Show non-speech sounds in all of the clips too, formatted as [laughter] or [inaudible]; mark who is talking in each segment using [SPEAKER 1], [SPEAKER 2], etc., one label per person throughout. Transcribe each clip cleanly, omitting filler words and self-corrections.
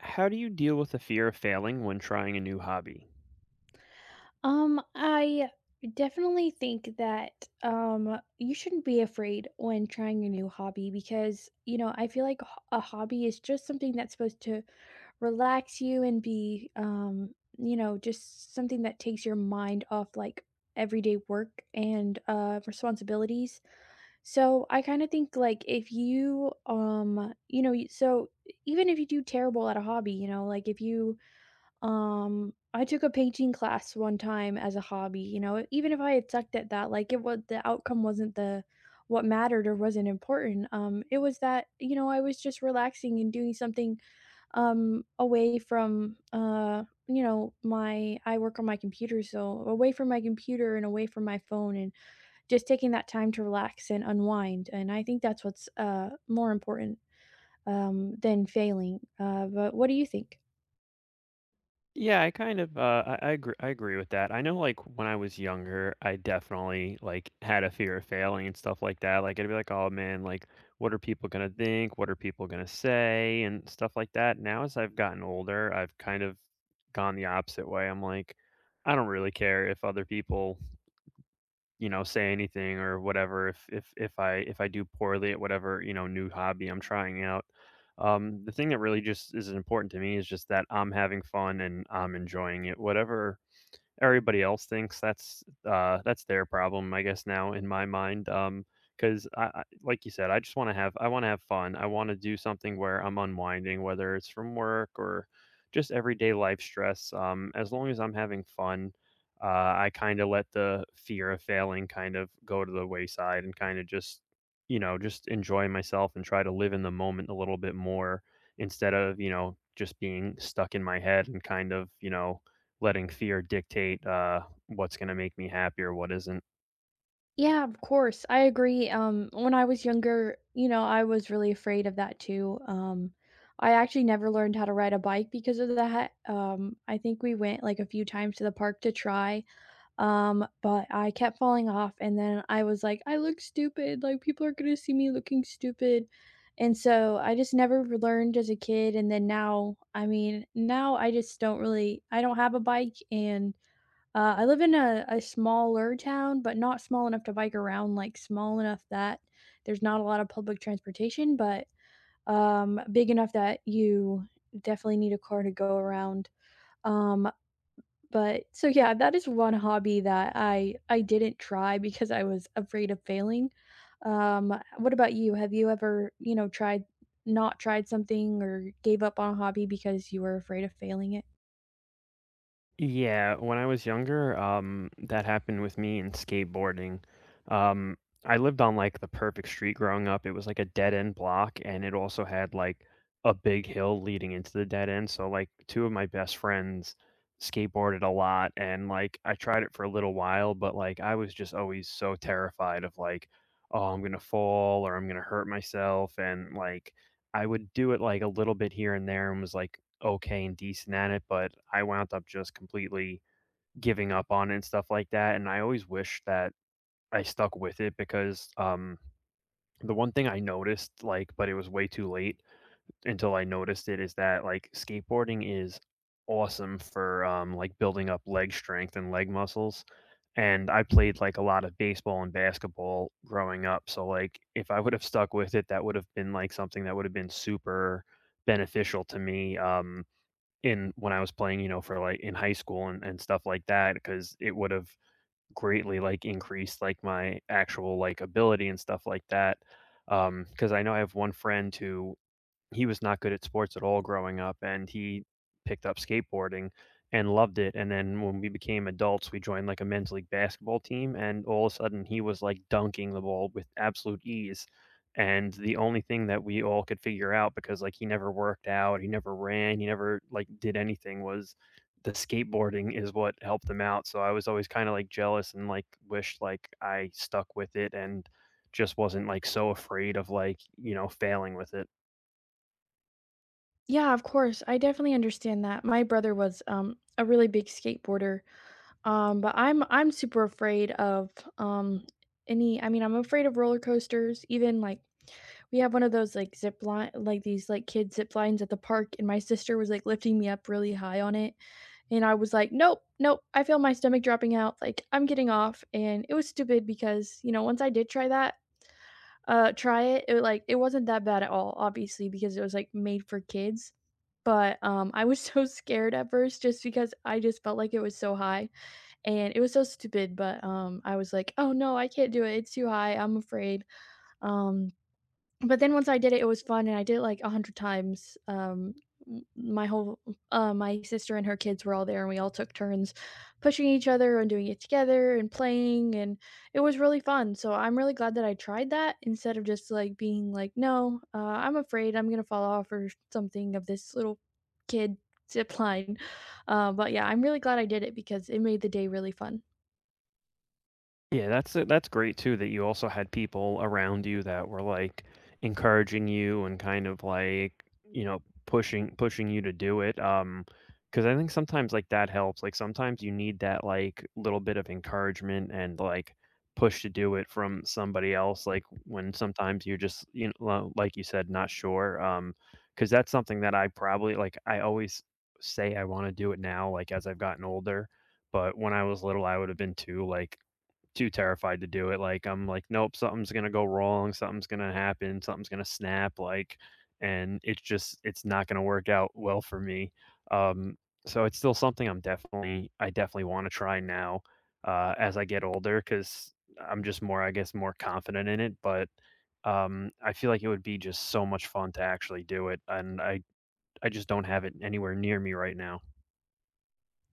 [SPEAKER 1] How do you deal with the fear of failing when trying a new hobby?
[SPEAKER 2] I definitely think that you shouldn't be afraid when trying a new hobby because, you know, I feel like a hobby is just something that's supposed to relax you and be you know, just something that takes your mind off like everyday work and responsibilities. So, I kind of think like if you you know, y- so even if you do terrible at a hobby, you know, like if you I took a painting class one time as a hobby, you know, even if I had sucked at that, like it was the outcome wasn't the what mattered or wasn't important. It was that, you know, I was just relaxing and doing something away from you know, my I work on my computer, so away from my computer and away from my phone and just taking that time to relax and unwind. And I think that's what's more important than failing. But what do you think?
[SPEAKER 1] Yeah, I agree with that. I know, like, when I was younger, I definitely, like, had a fear of failing and stuff like that. Like, I'd be like, "Oh, man, like what are people going to think? What are people going to say?" and stuff like that. Now, as I've gotten older, I've kind of gone the opposite way. I'm like, I don't really care if other people, say anything or whatever, if I do poorly at whatever, new hobby I'm trying out. The thing that really just is important to me is just that I'm having fun and I'm enjoying it. Whatever everybody else thinks, that's their problem, I guess, now in my mind, because I like you said, I just want to have fun. I want to do something where I'm unwinding, whether it's from work or just everyday life stress, as long as I'm having fun, I kind of let the fear of failing kind of go to the wayside and kind of just, just enjoy myself and try to live in the moment a little bit more, instead of, just being stuck in my head and kind of, letting fear dictate, what's gonna make me happy or what isn't.
[SPEAKER 2] Yeah, of course. I agree. When I was younger, you know, I was really afraid of that too. I actually never learned how to ride a bike because of that. I think we went like a few times to the park to try, but I kept falling off, and then I was like, I look stupid. Like people are gonna see me looking stupid. And so I just never learned as a kid. And then now, I mean, now I just don't really, I don't have a bike and I live in a smaller town, but not small enough to bike around, like, small enough that there's not a lot of public transportation, but, big enough that you definitely need a car to go around. Um, yeah, that is one hobby that I didn't try because I was afraid of failing. What about you? Have you ever, you know, tried not tried something or gave up on a hobby because you were afraid of failing it?
[SPEAKER 1] Yeah, when I was younger, that happened with me in skateboarding. Um, I lived on, like, the perfect street growing up. It was like a dead end block, and it also had, like, a big hill leading into the dead end. So, like, two of my best friends skateboarded a lot, and, like, I tried it for a little while, but, like, I was just always so terrified of, like, "Oh, I'm gonna fall or I'm gonna hurt myself," and, like, I would do it, like, a little bit here and there and was, like, okay and decent at it, but I wound up just completely giving up on it and stuff like that, and I always wish that I stuck with it because, the one thing I noticed, like, but it was way too late, until I noticed it is that, like, skateboarding is awesome for like, building up leg strength and leg muscles. And I played, like, a lot of baseball and basketball growing up. So, like, if I would have stuck with it, that would have been, like, something that would have been super beneficial to me, in when I was playing, you know, for, like, in high school and stuff like that, because it would have greatly, like, increased, like, my actual, like, ability and stuff like that, because I know I have one friend who he was not good at sports at all growing up, and he picked up skateboarding and loved it, and then, when we became adults, we joined, like, a men's league basketball team, and all of a sudden, he was, like, dunking the ball with absolute ease, and the only thing that we all could figure out, because, like, he never worked out, he never ran, he never, like, did anything, was the skateboarding is what helped him out, so I was always kinda, like, jealous and, like, wished, like, I stuck with it and just wasn't, like, so afraid of, like, failing with it.
[SPEAKER 2] Yeah, of course. I definitely understand that. My brother was a really big skateboarder. But I'm super afraid of um I'm afraid of roller coasters, even like we have one of those like zip line like these like kid zip lines at the park and my sister was like lifting me up really high on it and I was like, nope, nope, I feel my stomach dropping out, like I'm getting off and it was stupid because, you know, once I did try that, try it. It like it wasn't that bad at all, obviously, because it was like made for kids. But I was [laughs] so scared at first just because I just felt like it was so high and it was so stupid. But I was like, oh no, I can't do it. It's too high. I'm afraid. Um, but then once I did it, it was fun, and I did it, like, 100 times. M my whole My sister and her kids were all there, and we all took turns pushing each other and doing it together and playing, and it was really fun, so I'm really glad that I tried that instead of just, like, being like, "No, I'm afraid I'm gonna fall off or something of this little kid zip line." But, yeah, I'm really glad I did it because it made the day really fun.
[SPEAKER 1] Yeah, that's great too that you also had people around you that were, like, encouraging you and kind of, like, pushing you to do it, 'cause I think sometimes, like, that helps, like, sometimes you need that, like, little bit of encouragement and, like, push to do it from somebody else, like, when sometimes you're just, you kn well, like you said, not sure, 'cause that's something that I probably, like, I always say I wanna do it now, like, as I've gotten older, but when I was little, I would have been too, like, too terrified to do it. Like, I'm like, "Nope, something's gonna go wrong, something's gonna happen, something's gonna snap," like, and it's just it's not gonna work out well for me. Um, so it's still something I definitely wanna try now, as I get older because 'cause I'm just more, I guess, more confident in it, but, I feel like it would be just so much fun to actually do it, and I just don't have it anywhere near me right now.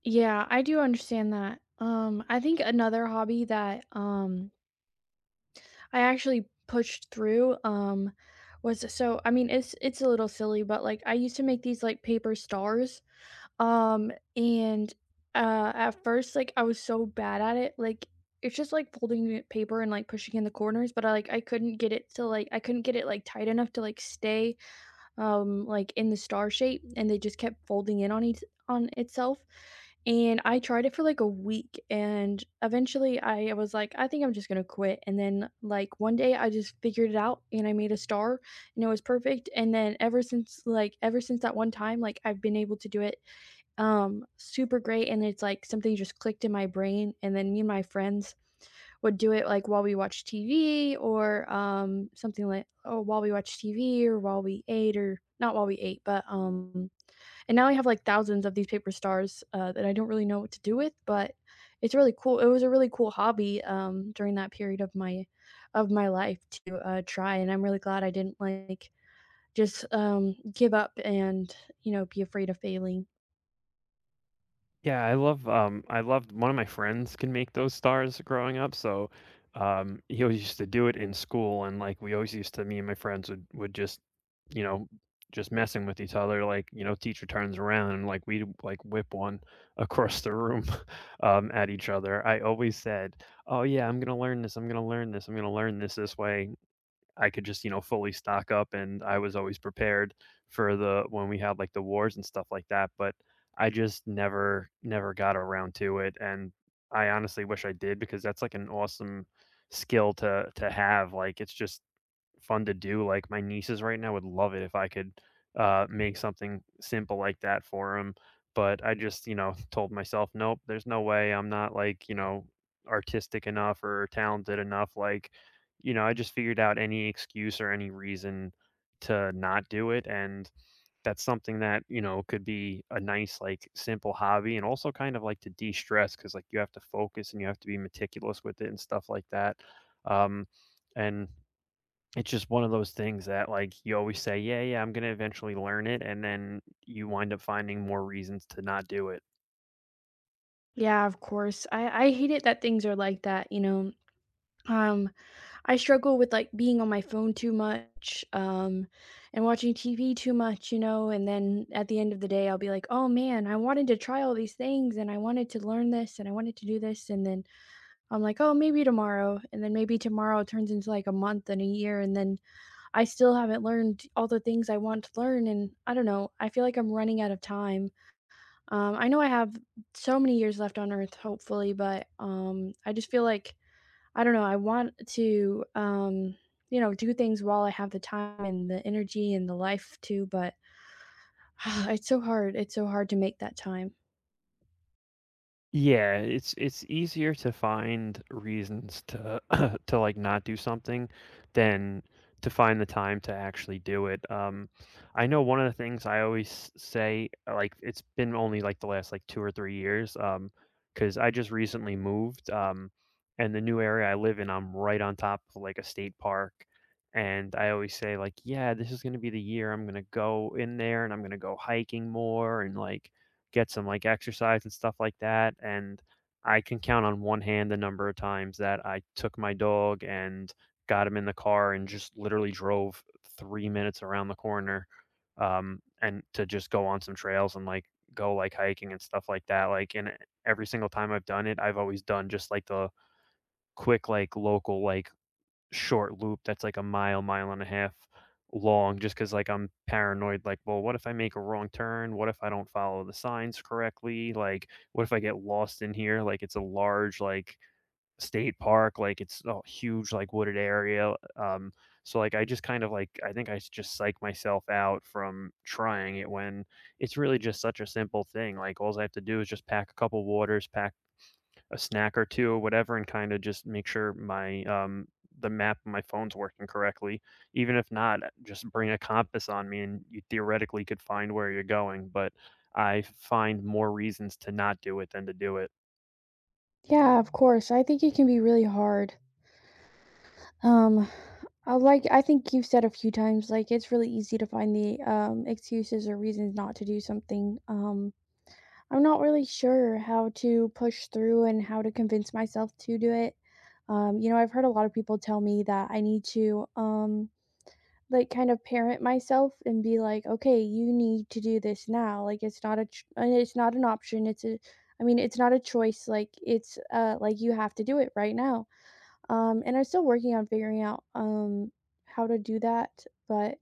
[SPEAKER 2] Yeah, I do understand that. I think another hobby that, I actually pushed through, was so I mean, it's a little silly, but, like, I used to make these, like, paper stars, um, and, at first, like, I was so bad at it, like, it's just, like, folding it paper and, like, pushing in the corners, but I couldn't get it to, like I couldn't get it, like, tight enough to, like, stay like, in the star shape, and they just kept folding in on each on itself, and I tried it for, like, a week, and eventually I was like, "I think I'm just gonna quit," and then, like, one day I just figured it out, and I made a star, and it was perfect, and then ever since that one time, like, I've been able to do it, super great, and it's like something just clicked in my brain, and then me and my friends would do it like while we watch TV or something like or while we watch TV or while we ate or not while we ate, but and now I have like thousands of these paper stars that I don't really know what to do with, but it's really cool. It was a really cool hobby during that period of my life to try and I'm really glad I didn't like just give up and you know be afraid of failing.
[SPEAKER 1] Yeah, I love, I loved one of my friends can make those stars growing up, so, he always used to do it in school, and, like, we always used to me and my friends would just, you know, just messing with each other, like, teacher turns around and, like, we'd, like, whip one [laughs] across the room, [laughs] at each other. I always said, "Oh, yeah, I'm gonna learn this, I'm gonna learn this, I'm gonna learn this this way." I could just, fully stock up, and I was always prepared for the when we had, like, the wars and stuff like that, but I just never got around to it, and I honestly wish I did, because that's like an awesome skill to have. Like, it's just fun to do. Like, my nieces right now would love it if I could make something simple like that for them. But I just, [laughs] told myself, nope, there's no way. I'm not, like, artistic enough or talented enough. Like, I just figured out any excuse or any reason to not do it. And that's something that, could be a nice, like, simple hobby and also kind of like to de stress because, like, you have to focus and you have to be meticulous with it and stuff like that. Um, and it's just one of those things that, like, you always say, "Yeah, yeah, I'm gonna eventually learn it," and then you wind up finding more reasons to not do it.
[SPEAKER 2] Yeah, of course. I hate it that things are like that, you know. Um I struggle with, like, being on my phone too much, and watching TV too much, you know, and then at the end of the day, I'll be like, "Oh, man, I wanted to try all these things, and I wanted to learn this, and I wanted to do this," and then I'm like, "Oh, maybe tomorrow," and then maybe tomorrow turns into, like, a month and a year, and then I still haven't learned all the things I want to learn, and I don't know, I feel like I'm running out of time. I know I have so many years left on earth, hopefully, but, I just feel like I don't know, I want to, you know, do things while I have the time and the energy and the life too. But [sighs] it's so hard. It's so hard to make that time.
[SPEAKER 1] Yeah, it's easier to find reasons to [clears throat] to, like, not do something than to find the time to actually do it. I know one of the things I always say, like, it's been only like the last, like, 2 or 3 years, because I just recently moved, and the new area I live in, I'm right on top of, like, a state park, and I always say, like, yeah, this is gonna be the year I'm gonna go in there and I'm gonna go hiking more and, like, get some, like, exercise and stuff like that, and I can count on one hand the number of times that I took my dog and got him in the car and just literally drove 3 minutes around the corner, and to just go on some trails and, like, go, like, hiking and stuff like that, like, and every single time I've done it, I've always done just, like, the quick, like, local, like, short loop that's, like, a mile, mile and a half long. Just 'cause, like, I'm paranoid, like, "Well, what if I make a wrong turn? What if I don't follow the signs correctly? Like, what if I get lost in here?" Like, it's a large, like, state park, like, it's a huge, like, wooded area, so, like, I just kind of, like, I think I s just psych myself out from trying it when it's really just such a simple thing, like, all I have to do is just pack a couple waters, pack a snack or 2 or whatever, and kinda just make sure my, the map on my phone's working correctly. Even if not, just bring a compass on me, and you theoretically could find where you're going, but I find more reasons to not do it than to do it.
[SPEAKER 2] Yeah, of course. I think it can be really hard. Um, I think you've said a few times like it's really easy to find the excuses or reasons not to do something. I'm not really sure how to push through and how to convince myself to do it. You know, I've heard a lot of people tell me that I need to like, kind of parent myself and be like, "Okay, you need to do this now." Like, it's not an option, it's a I mean, it's not a choice, like, it's, like, you have to do it right now. And I'm still working on figuring out, how to do that, but,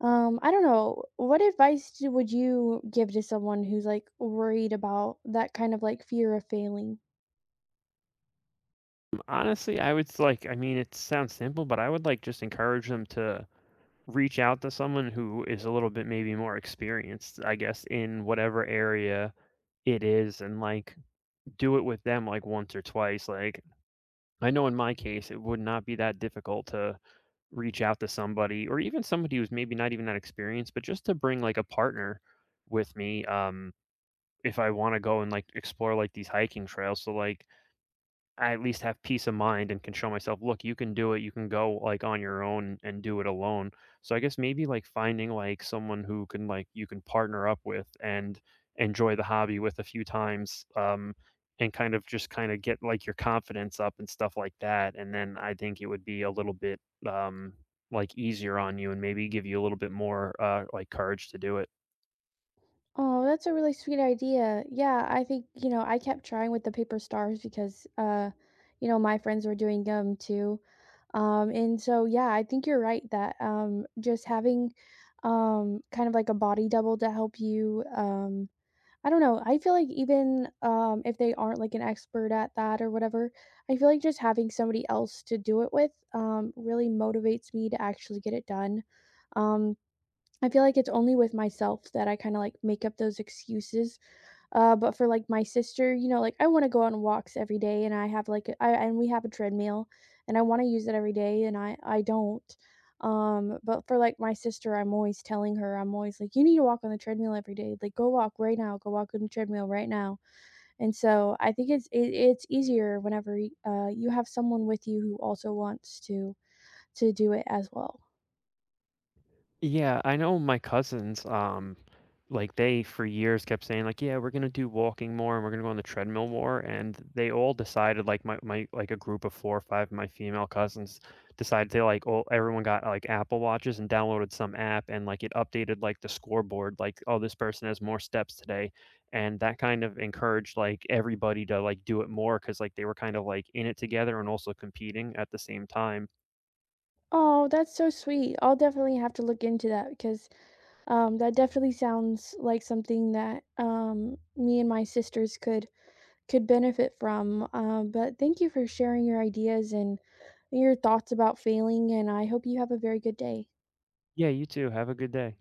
[SPEAKER 2] I don't know. What advice do would you give to someone who's, like, worried about that kind of, like, fear of failing?
[SPEAKER 1] Honestly, I would s like, I mean, it sounds simple, but I would, like, just encourage them to reach out to someone who is a little bit maybe more experienced, I guess, in whatever area it is and, like, do it with them, like, once or twice. Like, I know in my case, it would not be that difficult to reach out to somebody or even somebody who's maybe not even that experienced, but just to bring, like, a partner with me, if I want to go and, like, explore, like, these hiking trails. So, like, I at least have peace of mind and can show myself, look, you can do it. You can go, like, on your own and do it alone. So, I guess, maybe, like, finding, like, someone who can, like, you can partner up with and enjoy the hobby with a few times, and kind of just kind of get, like, your confidence up and stuff like that, and then I think it would be a little bit, um like, easier on you and maybe give you a little bit more like, courage to do it.
[SPEAKER 2] Oh, that's a really sweet idea. Yeah, I think, you know, I kept trying with the paper stars because you know, my friends were doing them too. And so Yeah, I think you're right that just having kind of like a body double to help you I don't know. I feel like even if they aren't like an expert at that or whatever, I feel like just having somebody else to do it with really motivates me to actually get it done. Um I feel like it's only with myself that I kinda, like, make up those excuses, but for, like, my sister, you know, like, I wanna go on walks every day, and I have, like, a- I and we have a treadmill, and I wanna use it every day, and I don't, but for, like, my sister, I'm always telling her, I'm always like, "You need to walk on the treadmill every day, like, go walk right now, go walk on the treadmill right now," and so I think it's easier whenever, you have someone with you who also wants to do it as well.
[SPEAKER 1] Yeah, I know my cousins, like, they for years kept saying, like, "Yeah, we're gonna do walking more and we're gonna go on the treadmill more." And they all decided, like, my like, a group of four or five of my female cousins decided they, like, all everyone got, like, Apple Watches and downloaded some app, and, like, it updated, like, the scoreboard, like, "Oh, this person has more steps today." And that kind of encouraged, like, everybody to, like, do it more because, like, they were kind of, like, in it together and also competing at the same time.
[SPEAKER 2] Oh, that's so sweet. I'll definitely have to look into that because that definitely sounds like something that me and my sisters could benefit from. But thank you for sharing your ideas and your thoughts about failing, and I hope you have a very good day.
[SPEAKER 1] Yeah, you too. Have a good day.